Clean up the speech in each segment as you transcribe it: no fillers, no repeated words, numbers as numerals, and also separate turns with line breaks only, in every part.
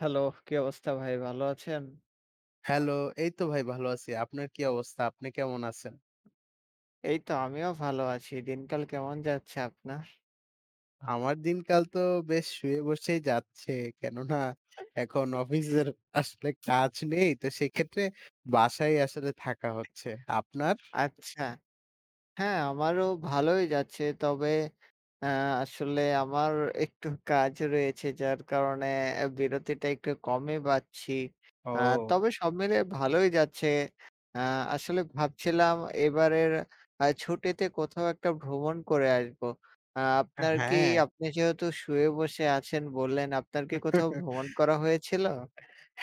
Hello, কি অবস্থা ভাই? ভালো আছেন?
হ্যালো, এই তো ভাই ভালো আছি। আপনার কি অবস্থা? আপনি কেমন আছেন?
এই তো আমিও ভালো আছি। দিনকাল কেমন যাচ্ছে আপনার?
আমার দিনকাল তো বেশ শুয়ে বসেই যাচ্ছে। কেননা এখন অফিসের আসলে কাজ নেই। তো সেক্ষেত্রে বাসায় আসলে থাকা হচ্ছে। আপনার?
আচ্ছা। হ্যাঁ, আমারও ভালোই যাচ্ছে। তবে আ আসলে আমার একটু কাজ রয়েছে যার কারণে এ বিরতিটা একটু কমই পাচ্ছি।
ও।
আ তবে সব মিলিয়ে ভালোই যাচ্ছে। আ আসলে ভাবছিলাম এবারের ছুটিতে কোথাও একটা ভ্রমণ করে আসবো। আ আপনার কি
হ্যাঁ।
আপনি যেহেতু শুয়ে বসে আছেন বললেন, আপনার কি কোথাও ভ্রমণ করা হয়েছিল?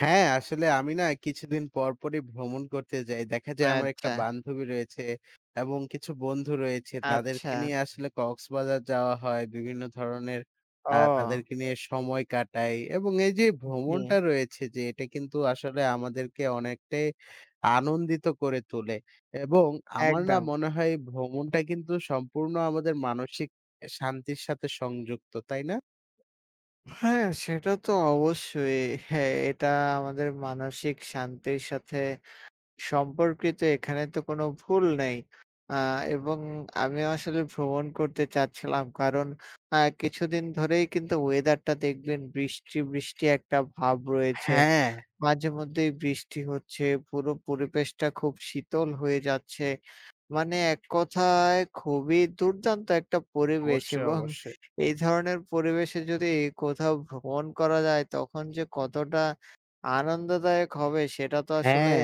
হ্যাঁ, আসলে আমি না কিছুদিন পর পরই ভ্রমণ করতে যাই। দেখা যায় আমার একটা
আচ্ছা,
বান্ধবী রয়েছে এবং কিছু বন্ধু রয়েছে। তাদেরকে
আচ্ছা।
নিয়ে আসলে কক্সবাজার যাওয়া হয়। বিভিন্ন ধরনের
ও
তাদেরকে নিয়ে সময় কাটাই এবং এই যে
জি,
ভ্রমণটা রয়েছে যে এটা কিন্তু আসলে আমাদেরকে অনেকটাই আনন্দিত করে তোলে এবং আমার না
একদম।
মনে হয় ভ্রমণটা কিন্তু সম্পূর্ণ আমাদের মানসিক শান্তির সাথে সংযুক্ত, তাই না?
হ্যাঁ, সেটা তো অবশ্যই। হ্যাঁ, এটা আমাদের মানসিক শান্তির সাথে সম্পর্কিত। এখানে তো কোনো ভুল নেই। আ এবং আমিও আসলে ভ্রমণ করতে চাচ্ছিলাম। কারণ কিছুদিন ধরেই কিন্তু ওয়েদারটা দেখবেন বৃষ্টি, বৃষ্টি একটা ভাব রয়েছে।
হ্যাঁ,
মাঝেমধ্যেই বৃষ্টি হচ্ছে, পুরো পরিবেশটা খুব শীতল হয়ে যাচ্ছে। মানে এক কথায় খুবই দুর্দান্ত একটা পরিবেশ
অবশ্যই,
এবং
অবশ্যই।
এই ধরনের পরিবেশে যদি কোথাও ভ্রমণ করা যায় তখন যে কতটা আনন্দদায়ক হবে সেটা তো আসলে
হ্যাঁ,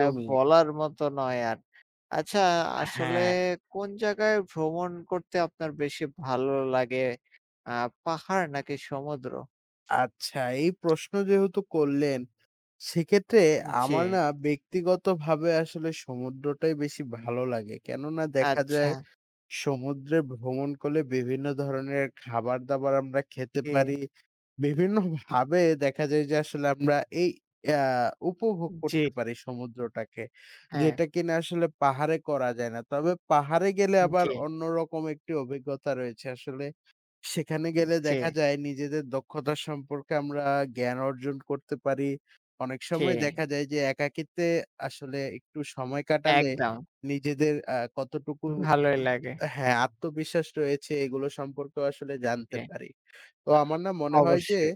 বলার মতো নয় আর। আচ্ছা আসলে
হ্যাঁ,
কোন জায়গায় ভ্রমণ করতে আপনার বেশি ভালো লাগে? পাহাড় নাকি সমুদ্র?
আচ্ছা এই প্রশ্ন যেহেতু করলেন, সেক্ষেত্রে
জি,
আমার না ব্যক্তিগতভাবে আসলে সমুদ্রটাই বেশি ভালো লাগে। কেননা দেখা
আচ্ছা,
যায় সমুদ্রে ভ্রমণ করলে বিভিন্ন ধরনের খাবার-দাবার আমরা খেতে
জি,
পারি। বিভিন্নভাবে দেখা যায় যে আসলে আমরা এই আ উপভোগ
জি,
করতে পারি সমুদ্রটাকে।
হ্যাঁ,
যেটা কিনা আসলে পাহাড়ে করা যায় না। তবে পাহাড়ে গেলে আবার
জি,
অন্যরকম একটি অভিজ্ঞতা রয়েছে। আসলে সেখানে গেলে
জি,
দেখা যায় নিজেদের দক্ষতা সম্পর্কে আমরা জ্ঞান অর্জন করতে পারি। অনেক
জি,
সময় দেখা যায় যে একাকিত্বে আসলে একটু সময় কাটালে
একদম,
নিজেদের কতটুকু
ভালোই লাগে।
হ্যাঁ, আত্মবিশ্বাস রয়েছে এগুলো সম্পর্কেও আসলে জানতে
জি।
পারি। তো আমার না মনে হয় যে
অবশ্যই।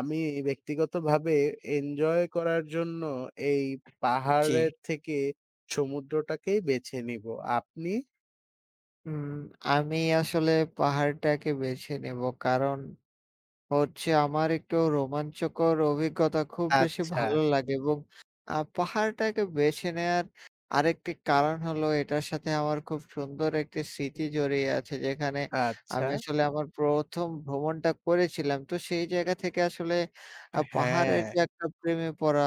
আমি ব্যক্তিগতভাবে এনজয় করার জন্য এই
জি।
পাহাড়ের থেকে সমুদ্রটাকেই বেছে নিব। আপনি?
উম আমি আসলে পাহাড়টাকে বেছে নেব। কারণ হচ্ছে আমার একটু রোমাঞ্চকর অভিজ্ঞতা খুব বেশি
আচ্ছা,
ভালো লাগে এবং পাহাড়টাকে বেছে নেয়ার আরেকটি কারণ হলো এটার সাথে আমার খুব সুন্দর একটি স্মৃতি জড়িয়ে আছে। যেখানে
আচ্ছা।
আমি আসলে আমার ১ম ভ্রমণটা করেছিলাম। তো সেই জায়গা থেকে আসলে পাহাড়ের
হ্যাঁ,
যে একটা প্রেমে পড়া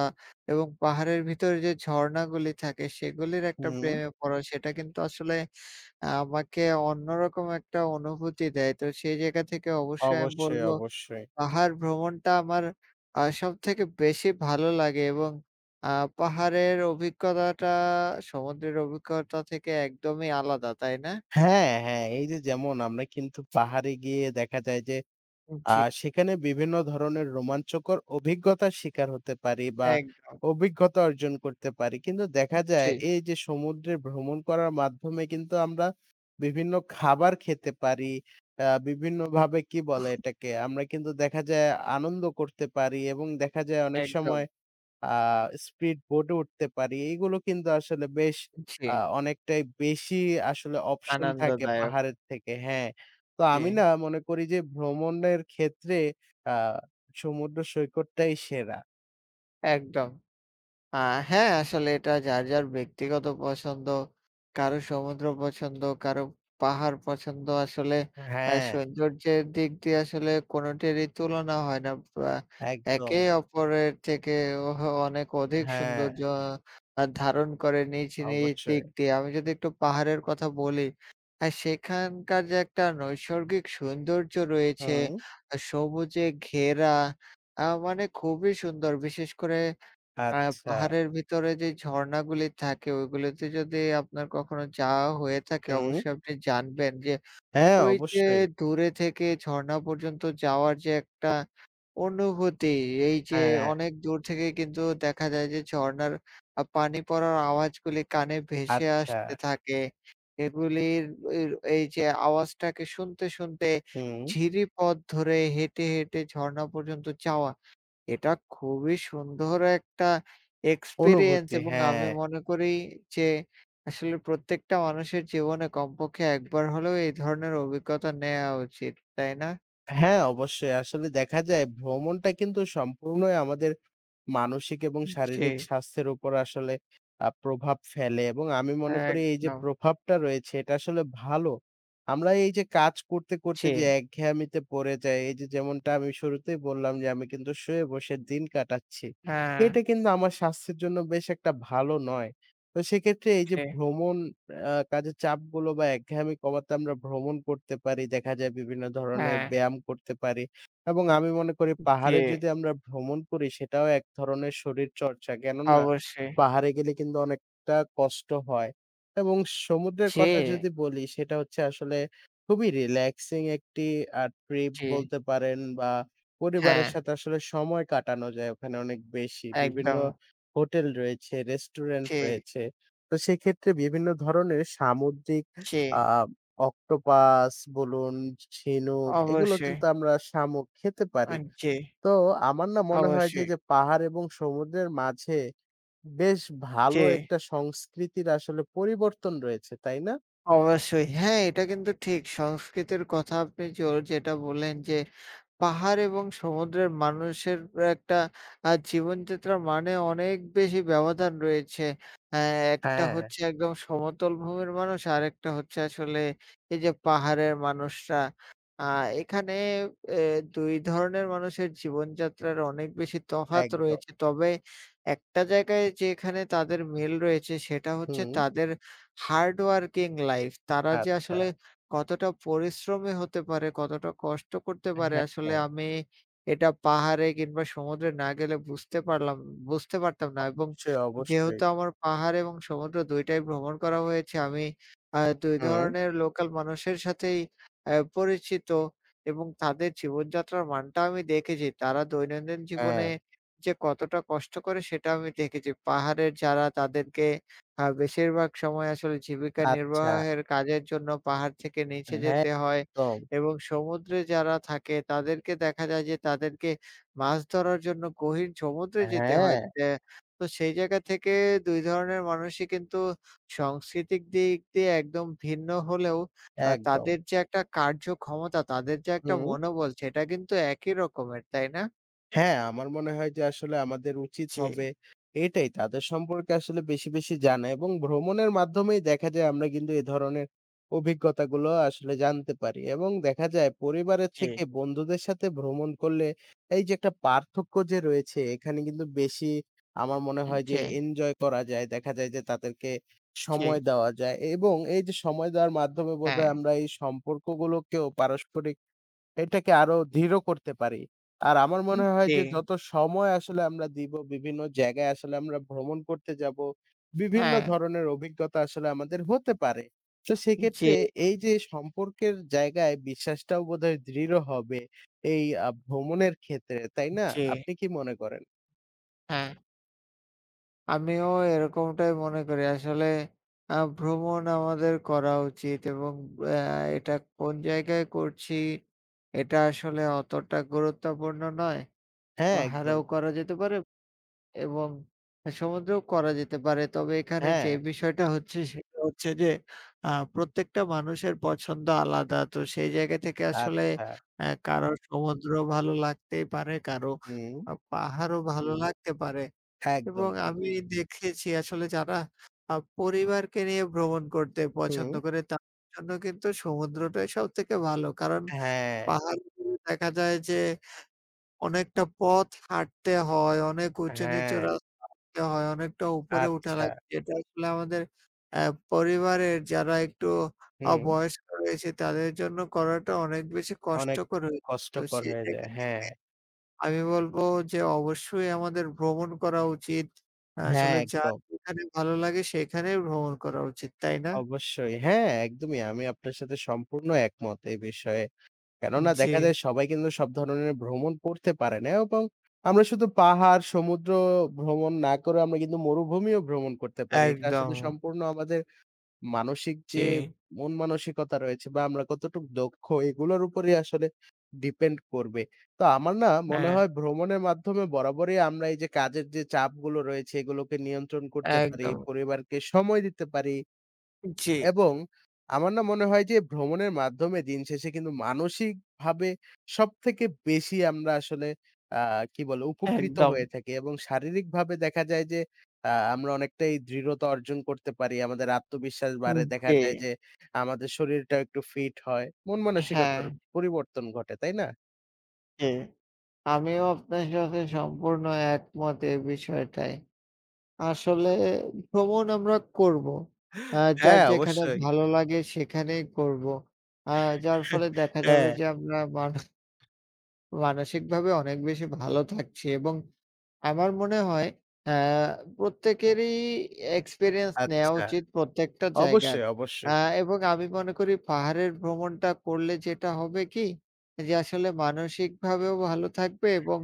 এবং পাহাড়ের ভিতরে যে ঝর্ণাগুলি থাকে সেগুলির একটা
হুম,
প্রেমে পড়া সেটা কিন্তু আসলে আমাকে অন্যরকম একটা অনুভূতি দেয়। তো সেই জায়গা থেকে অবশ্যই আমি
অবশ্যই,
বলব
অবশ্যই।
পাহাড় ভ্রমণটা আমার সবথেকে বেশি ভালো লাগে এবং আ পাহাড়ের অভিজ্ঞতাটা সমুদ্রের অভিজ্ঞতা থেকে একদমই আলাদা, তাই না?
হ্যাঁ, হ্যাঁ, এই যে যেমন আমরা কিন্তু পাহাড়ে গিয়ে দেখা যায় যে আ
জি,
সেখানে বিভিন্ন ধরনের রোমাঞ্চকর অভিজ্ঞতার শিকার হতে পারি বা
একদম।
অভিজ্ঞতা অর্জন করতে পারি। কিন্তু দেখা
জি,
যায় এই যে সমুদ্রে ভ্রমণ করার মাধ্যমে কিন্তু আমরা বিভিন্ন খাবার খেতে পারি। আ বিভিন্নভাবে কি বলে এটাকে? আমরা কিন্তু দেখা যায় আনন্দ করতে পারি এবং দেখা যায় অনেক
একদম।
সময় আ স্পিড বোটে উঠতে পারি। এইগুলো কিন্তু আসলে বেশ
জি,
অনেকটাই বেশি আসলে অপশন থাকে
আনন্দদায়ক।
পাহাড়ের থেকে। হ্যাঁ, তো
জি,
আমি না মনে করি যে ভ্রমণের ক্ষেত্রে আ সমুদ্র সৈকতটাই সেরা।
একদম। আ হ্যাঁ, আসলে এটা যার, যার ব্যক্তিগত পছন্দ। কারো সমুদ্র পছন্দ, কারো পাহাড় পছন্দ। আসলে
হ্যাঁ,
সৌন্দর্যের দিক দিয়ে আসলে কোনোটিরই তুলনা হয় না। আ
একদম।
একে অপরের থেকে ওহ অনেক অধিক
হ্যাঁ,
সৌন্দর্য ধারণ করে নিজ, নিজ
অবশ্যই।
দিক দিয়ে। আমি যদি একটু পাহাড়ের কথা বলি, সেখানকার যে একটা নৈসর্গিক সৌন্দর্য রয়েছে,
হুম,
সবুজে ঘেরা মানে খুবই সুন্দর। বিশেষ করে আ
আচ্ছা।
পাহাড়ের ভিতরে যে ঝর্ণাগুলি থাকে ওইগুলোতে যদি আপনার কখনো যাওয়া হয়ে থাকে
হুম,
অবশ্যই আপনি জানবেন যে
হ্যাঁ,
ওই যে
অবশ্যই।
দূরে থেকে ঝর্ণা পর্যন্ত যাওয়ার যে একটা অনুভূতি, এই যে
হ্যাঁ,
অনেক দূর থেকে কিন্তু দেখা যায় যে ঝর্ণার পানি পড়ার আওয়াজগুলি কানে ভেসে
আচ্ছা।
আসতে থাকে। এগুলির এর এই যে আওয়াজটাকে শুনতে, শুনতে
হুম,
ঝিরি পথ ধরে হেঁটে, হেঁটে ঝর্ণা পর্যন্ত যাওয়া। এটা খুবই সুন্দর একটা এক্সপেরিয়েন্স
অনুভূতি।
এবং
হ্যাঁ,
আমি মনে করি যে আসলে প্রত্যেকটা মানুষের জীবনে কমপক্ষে একবার হলেও এই ধরনের অভিজ্ঞতা নেয়া উচিত, তাই না?
হ্যাঁ, অবশ্যই। আসলে দেখা যায় ভ্রমণটা কিন্তু সম্পূর্ণই আমাদের মানসিক এবং
জি,
শারীরিক স্বাস্থ্যের উপর আসলে প্রভাব ফেলে এবং আমি মনে করি এই যে
একদম।
প্রভাবটা রয়েছে এটা আসলে ভালো। আমরা এই যে কাজ করতে, করতে
জি,
যে একঘেয়ামিতে পড়ে যাই, এই যে যেমনটা আমি শুরুতেই বললাম যে আমি কিন্তু শুয়ে বসে দিন কাটাচ্ছি।
হ্যাঁ,
এটা কিন্তু আমার স্বাস্থ্যের জন্য বেশ একটা ভালো নয়। তো সেক্ষেত্রে এই যে
জি,
ভ্রমণ কাজের চাপগুলো বা একঘেয়ামি কমাতে আমরা ভ্রমণ করতে পারি। দেখা যায় বিভিন্ন ধরনের
হ্যাঁ,
ব্যায়াম করতে পারি। এবং আমি মনে করি
জি,
পাহাড়ে যদি আমরা ভ্রমণ করি সেটাও এক ধরনের শরীরচর্চা। কেননা
অবশ্যই।
পাহাড়ে গেলে কিন্তু অনেকটা কষ্ট হয়। এবং সমুদ্রের
জি,
কথা যদি বলি সেটা হচ্ছে আসলে খুবই রিল্যাক্সিং একটি ট্রিপ
জি,
বলতে পারেন বা
হ্যাঁ,
পরিবারের সাথে আসলে সময় কাটানো যায় ওখানে অনেক বেশি। বিভিন্ন
একদম।
হোটেল রয়েছে, রেস্টুরেন্ট
জি,
রয়েছে। তো সেক্ষেত্রে বিভিন্ন ধরনের সামুদ্রিক
জি,
আ অক্টোপাস বলুন, ঝিনুক এগুলো
অবশ্যই।
কিন্তু আমরা শামুক খেতে
আ
পারি।
জি,
তো আমার না মনে হয় যে,
অবশ্যই।
যে পাহাড় এবং সমুদ্রের মাঝে বেশ
জি।
ভালো একটা সংস্কৃতির আসলে পরিবর্তন রয়েছে, তাই না?
অবশ্যই। হ্যাঁ, এটা কিন্তু ঠিক। সংস্কৃতির কথা আপনি জোর যেটা বললেন যে, পাহাড় এবং সমুদ্রের মানুষের একটা জীবনযাত্রার মানে অনেক বেশি ব্যবধান রয়েছে। অ্যা একটা
হ্যাঁ।
হচ্ছে একদম সমতল ভূমির মানুষ, আরেকটা হচ্ছে আসলে এই যে পাহাড়ের মানুষরা। আ এখানে এ ২ ধরনের মানুষের জীবনযাত্রার অনেক বেশি তফাৎ
একদম।
রয়েছে। তবে একটা জায়গায় যেখানে তাদের মিল রয়েছে সেটা হচ্ছে
হুম।
তাদের হার্ড ওয়ার্কিং লাইফ। তারা যে
আচ্ছা।
আসলে কতটা পরিশ্রমী হতে পারে, কতটা কষ্ট করতে
হ্যাঁ,
পারে আসলে
হ্যাঁ।
আমি এটা পাহাড়ে কিংবা সমুদ্রে না গেলে বুঝতে পারতাম না এবং
অবশ্যই, অবশ্যই।
যেহেতু আমার পাহাড় এবং সমুদ্র ২ টাই ভ্রমণ করা হয়েছে, আমি ২
হুম,
ধরনের লোকাল মানুষের সাথেই পরিচিত এবং তাদের জীবনযাত্রার মানটা আমি দেখেছি। তারা দৈনন্দিন জীবনে
হ্যাঁ।
যে কতটা কষ্ট করে সেটা আমি দেখেছি। পাহাড়ের যারা তাদেরকে বেশিরভাগ সময় আসলে জীবিকা
আচ্ছা।
নির্বাহের কাজের জন্য পাহাড় থেকে নিচে
হ্যাঁ,
যেতে হয়
একদম।
এবং সমুদ্রে যারা থাকে তাদেরকে দেখা যায় যে তাদেরকে মাছ ধরার জন্য গহীন সমুদ্রে যেতে হয়।
হ্যাঁ,
তো সেই জায়গা থেকে ২ ধরনের মানুষই কিন্তু সাংস্কৃতিক দিক দিয়ে একদম ভিন্ন হলেও
একদম।
তাদের যে একটা কার্যক্ষমতা, তাদের যে একটা
হুম।
মনোবল সেটা কিন্তু একই রকমের, তাই না?
হ্যাঁ, আমার মনে হয় যে আসলে আমাদের উচিত
জি,
হবে এটাই তাদের সম্পর্কে আসলে বেশি, বেশি জানা এবং ভ্রমণের মাধ্যমেই দেখা যায় আমরা কিন্তু এ ধরনের অভিজ্ঞতাগুলো আসলে জানতে পারি এবং দেখা যায় পরিবারের
জি।
থেকে বন্ধুদের সাথে ভ্রমণ করলে এই যে একটা পার্থক্য যে রয়েছে এখানে কিন্তু বেশি আমার মনে হয় যে
জি,
এনজয় করা যায়। দেখা যায় যে তাদেরকে
জি,
সময় দেওয়া যায় এবং এই যে সময় দেওয়ার মাধ্যমে
হ্যাঁ,
বোধহয় আমরা এই সম্পর্কগুলোকেও পারস্পরিক এটাকে আরো দৃঢ় করতে পারি। আর আমার মনে হয়
জি,
যে যত সময় আসলে আমরা দিব, বিভিন্ন জায়গায় আসলে আমরা ভ্রমণ করতে যাব, বিভিন্ন
হ্যাঁ,
ধরনের অভিজ্ঞতা আসলে আমাদের হতে পারে। তো
জি।
সেক্ষেত্রে এই যে সম্পর্কের জায়গায় বিশ্বাসটাও বোধহয় দৃঢ় হবে এই ভ্রমণের ক্ষেত্রে, তাই না?
জি,
আপনি কি মনে করেন?
হ্যাঁ। আমিও এরকমটাই মনে করি। আসলে ভ্রমণ আমাদের করা উচিত এবং অ্যা এটা কোন জায়গায় করছি এটা আসলে অতটা গুরুত্বপূর্ণ নয়।
হ্যাঁ, একদম।
পাহাড়েও করা যেতে পারে এবং সমুদ্রেও করা যেতে পারে। তবে এখানে
হ্যাঁ,
যে বিষয়টা হচ্ছে সেটা হচ্ছে যে আ প্রত্যেকটা মানুষের পছন্দ আলাদা। তো সেই জায়গা থেকে আসলে
আচ্ছা।
কারো সমুদ্র ভালো লাগতেই পারে, কারো
হুম,
পাহাড়ও ভালো লাগতে পারে।
একদম
এবং
ঠিক।
আমি, জি, দেখেছি আসলে যারা পরিবারকে নিয়ে ভ্রমণ করতে
হুম,
পছন্দ করে তাদের জন্য কিন্তু সমুদ্রটাই সবথেকে ভালো। কারণ
হ্যাঁ,
পাহাড়গুলো দেখা যায় যে অনেকটা পথ হাঁটতে হয়, অনেক উঁচু নিচু
হ্যাঁ,
রাস্তা হয়, অনেকটা উপরে উঠা
আচ্ছা।
লাগে। যেটা আসলে আমাদের অ্যা পরিবারের যারা একটু
হুম,
বয়স্ক রয়েছে তাদের জন্য করাটা অনেক বেশি
অনেক
কষ্টকর হয়ে। তো
কষ্টকর
সেই
হয়ে যায়।
জায়গায়
হ্যাঁ,
আমি বলবো যে অবশ্যই আমাদের ভ্রমণ করা উচিত।
হ্যাঁ,
আসলে যার
একদম।
যেখানে ভালো লাগে সেখানেই ভ্রমণ করা উচিত, তাই না?
অবশ্যই। হ্যাঁ, একদমই। আমি আপনার সাথে সম্পূর্ণ একমত এই বিষয়ে। কেননা
জি,
দেখা যায় সবাই কিন্তু সব ধরনের ভ্রমণ করতে পারে না এবং আমরা শুধু পাহাড়, সমুদ্র ভ্রমণ না করে আমরা কিন্তু মরুভূমিও ভ্রমণ করতে পারি। এটা আসলে
একদম।
সম্পূর্ণ আমাদের মানসিক
জি,
যে মন মানসিকতা রয়েছে বা আমরা কতটুক দক্ষ এগুলোর উপরেই আসলে ডিপেন্ড করবে। তো আমার না মনে
হ্যাঁ,
হয় ভ্রমণের মাধ্যমে বরাবরই আমরা এই যে কাজের যে চাপগুলো রয়েছে এগুলোকে নিয়ন্ত্রণ করতে পারি,
একদম।
পরিবারকে সময় দিতে পারি।
জি,
এবং আমার না মনে হয় যে ভ্রমণের মাধ্যমে দিন শেষে কিন্তু মানসিকভাবে সবথেকে বেশি আমরা আসলে আ কি বলে উপকৃত
একদম।
হয়ে থাকি এবং শারীরিকভাবে দেখা যায় যে আমরা অনেকটাই দৃঢ়তা অর্জন করতে পারি। আমাদের আত্মবিশ্বাস
উম
বাড়ে। দেখা
জি,
যায় যে আমাদের শরীরটা একটু ফিট হয়। মন
হ্যাঁ,
মানসিকতার পরিবর্তন ঘটে, তাই না?
জি। আমিও আপনার সাথে সম্পূর্ণ একমত এই বিষয়টায়। আসলে ভ্রমণ আমরা করব। আ যার
হ্যাঁ,
যেখানে
অবশ্যই।
ভালো লাগে সেখানেই করব। আ যার ফলে দেখা যাবে
হ্যাঁ,
যে আমরা মানসিকভাবে অনেক বেশি ভালো থাকছি এবং আমার মনে হয় আ প্রত্যেকেরই এক্সপেরিয়েন্স নেয়া
আচ্ছা।
উচিত প্রত্যেকটা জায়গার।
অবশ্যই,
আ
অবশ্যই।
এবং আমি মনে করি পাহাড়ের ভ্রমণটা করলে যেটা হবে কি? যে আসলে মানসিকভাবেও ভালো থাকবে এবং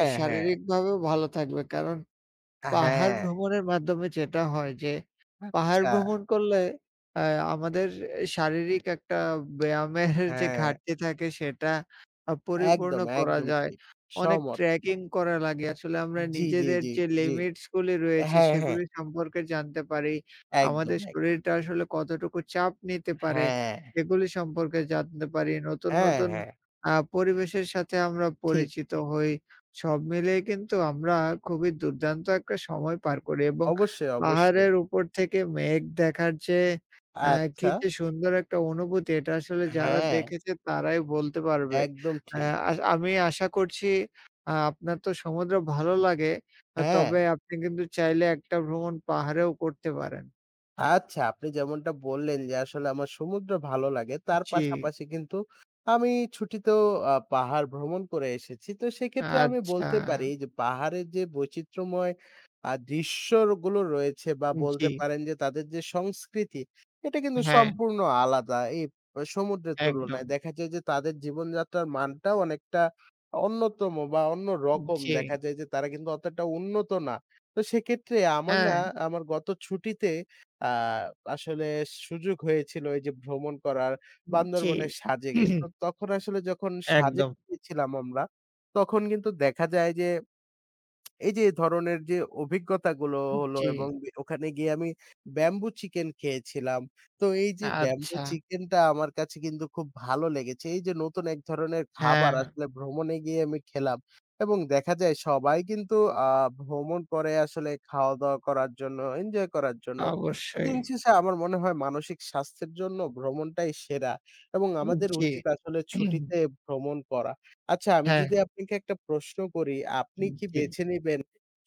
হ্যাঁ।
শারীরিকভাবেও ভালো থাকবে। কারণ পাহাড়
হ্যাঁ,
ভ্রমণের মাধ্যমে যেটা হয় যে, পাহাড়
আচ্ছা।
ভ্রমণ করলে আ আমাদের শারীরিক একটা ব্যায়ামের যে
হ্যাঁ।
ঘাটতি থাকে সেটা পরিপূর্ণ
একদম,
করা
একদম
যায়।
ঠিক।
অনেক
সহমত।
ট্রেকিং করা লাগে। আসলে আমরা
জি, জি,
নিজেদের
জি,
যে
জি।
লিমিটস গুলি রয়েছে
হ্যাঁ, হ্যাঁ।
সেগুলি সম্পর্কে জানতে পারি।
একদম,
আমাদের
এক
শরীরটা আসলে কতটুকু চাপ নিতে পারে
হ্যাঁ,
সেগুলি সম্পর্কে জানতে পারি। নতুন,
হ্যাঁ,
নতুন
হ্যাঁ।
পরিবেশের সাথে আমরা
ঠিক।
পরিচিত হই। সব মিলিয়ে কিন্তু আমরা খুবই দুর্দান্ত একটা সময় পার করি এবং
অবশ্যই, অবশ্যই।
পাহাড়ের উপর থেকে মেঘ দেখার যে অ্যা কি
আচ্ছা।
যে সুন্দর একটা অনুভূতি এটা আসলে যারা
হ্যাঁ,
দেখেছে তারাই বলতে পারবে।
একদম
অ্যা
ঠিক।
আস আমি আশা করছি আপনার তো সমুদ্র ভালো লাগে।
হ্যাঁ।
তবে আপনি কিন্তু চাইলে একটা ভ্রমণ পাহাড়েও করতে পারেন।
আচ্ছা, আপনি যেমনটা বললেন যে আসলে আমার সমুদ্র ভালো লাগে। তার
জি,
পাশাপাশি কিন্তু আমি ছুটিতেও পাহাড় ভ্রমণ করে এসেছি। তো সেক্ষেত্রে আমি
আচ্ছা।
বলতে পারি যে পাহাড়ের যে বৈচিত্র্যময় দৃশ্যগুলো রয়েছে বা বলতে
জি,
পারেন যে তাদের যে সংস্কৃতি, এটা কিন্তু
হ্যাঁ,
সম্পূর্ণ আলাদা। এই সমুদ্রের
একদম।
তুলনায় দেখা যায় যে তাদের জীবনযাত্রার মানটাও অনেকটা অন্যতম বা অন্যরকম।
জি,
দেখা যায় যে তারা কিন্তু অতটা উন্নত না। তো সেক্ষেত্রে আমার
হ্যাঁ,
না আমার গত ছুটিতে আ আসলে সুযোগ হয়েছিল এই যে ভ্রমণ করার
জি।
বান্দরবনের সাজেকে। তো তখন আসলে যখন সাজেক
একদম।
গিয়েছিলাম আমরা, তখন কিন্তু দেখা যায় যে এই যে ধরনের যে অভিজ্ঞতাগুলো হলো
জি।
এবং ওখানে গিয়ে আমি ব্যাম্বু চিকেন খেয়েছিলাম। তো এই যে ব্যাম্বু
আচ্ছা।
চিকেনটা আমার কাছে কিন্তু খুব ভালো লেগেছে। এই যে নতুন এক ধরনের খাবার
হ্যাঁ,
আসলে ভ্রমণে গিয়ে আমি খেলাম এবং দেখা যায় সবাই কিন্তু আ ভ্রমণ করে আসলে খাওয়া-দাওয়া করার জন্য, এনজয় করার জন্য।
অবশ্যই।
দিন শেষে আমার মনে হয় মানসিক স্বাস্থ্যের জন্য ভ্রমণটাই সেরা এবং আমাদের
জি।
উচিত আসলে
হুম,
ছুটিতে ভ্রমণ করা। আচ্ছা, আমি
হ্যাঁ,
যদি আপনাকে একটা প্রশ্ন করি, আপনি কি
জি।
বেছে নিবেন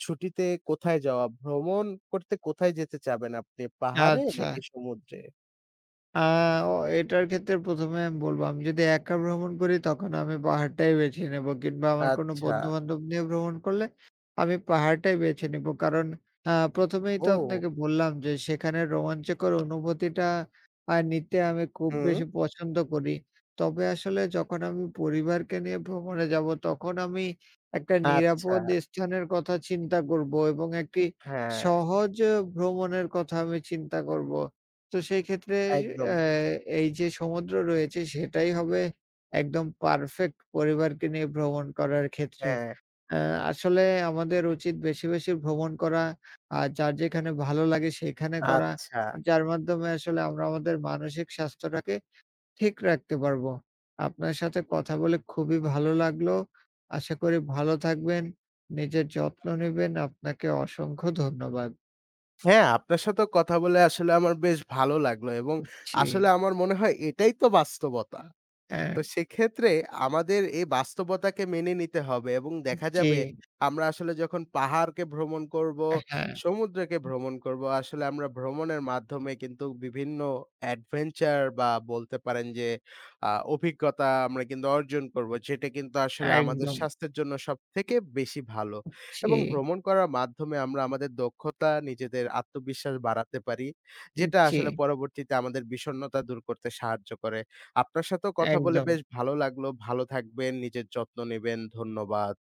ছুটিতে কোথায় যাওয়া? ভ্রমণ করতে কোথায় যেতে চাবেন আপনি? পাহাড়ে
আচ্ছা।
নাকি সমুদ্রে?
আ ও এটার ক্ষেত্রে ১ম এ আমি বলব, আমি যদি একা ভ্রমণ করি তখন আমি পাহাড়টাই বেছে নেব কিংবা আমার কোনো
আচ্ছা।
বন্ধু-বান্ধব নিয়ে ভ্রমণ করলে আমি পাহাড়টাই বেছে নেব। কারণ ১ম এই তো
ও!
আপনাকে বললাম যে সেখানের রোমাঞ্চকর অনুভূতিটা নিতে আমি খুব
হুম।
বেশি পছন্দ করি। তবে আসলে যখন আমি পরিবারকে নিয়ে ভ্রমণে যাব তখন আমি একটা
আচ্ছা।
নিরাপদ স্থানের কথা চিন্তা করব এবং একটি
হ্যাঁ,
সহজ ভ্রমণের কথা আমি চিন্তা করব। তো সেই ক্ষেত্রে
একদম।
অ্যা এই যে সমুদ্র রয়েছে সেটাই হবে একদম পারফেক্ট পরিবারকে নিয়ে ভ্রমণ করার ক্ষেত্রে।
হ্যাঁ,
অ্যা আসলে আমাদের উচিত বেশি, বেশি ভ্রমণ করা। আর যার যেখানে ভালো লাগে সেখানে করা।
আচ্ছা।
যার মাধ্যমে আসলে আমরা আমাদের মানসিক স্বাস্থ্যটাকে ঠিক রাখতে পারবো। আপনার সাথে কথা বলে খুবই ভালো লাগলো। আশা করি ভালো থাকবেন। নিজের যত্ন নিবেন। আপনাকে অসংখ্য ধন্যবাদ।
হ্যাঁ, আপনার সাথেও কথা বলে আসলে আমার বেশ ভালো লাগলো এবং
জি,
আসলে আমার মনে হয় এটাই তো বাস্তবতা।
হ্যাঁ,
তো সেক্ষেত্রে আমাদের এই বাস্তবতাকে মেনে নিতে হবে এবং দেখা
জি,
যাবে আমরা আসলে যখন পাহাড়কে ভ্রমণ করব,
হ্যাঁ।
সমুদ্রকে ভ্রমণ করব, আসলে আমরা ভ্রমণের মাধ্যমে কিন্তু বিভিন্ন অ্যাডভেঞ্চার বা বলতে পারেন যে অভিজ্ঞতা আমরা কিন্তু অর্জন করব। যেটা কিন্তু আসলে আমাদের
একদম।
স্বাস্থ্যের জন্য সবথেকে বেশি ভালো এবং
জি,
ভ্রমণ করার মাধ্যমে আমরা আমাদের দক্ষতা, নিজেদের আত্মবিশ্বাস বাড়াতে পারি। যেটা
জি,
আসলে পরবর্তীতে আমাদের বিষণ্ণতা দূর করতে সাহায্য করে। আপনার সাথেও কথা বলে
একদম।
বেশ ভালো লাগলো। ভালো থাকবেন, নিজের যত্ন নেবেন। ধন্যবাদ।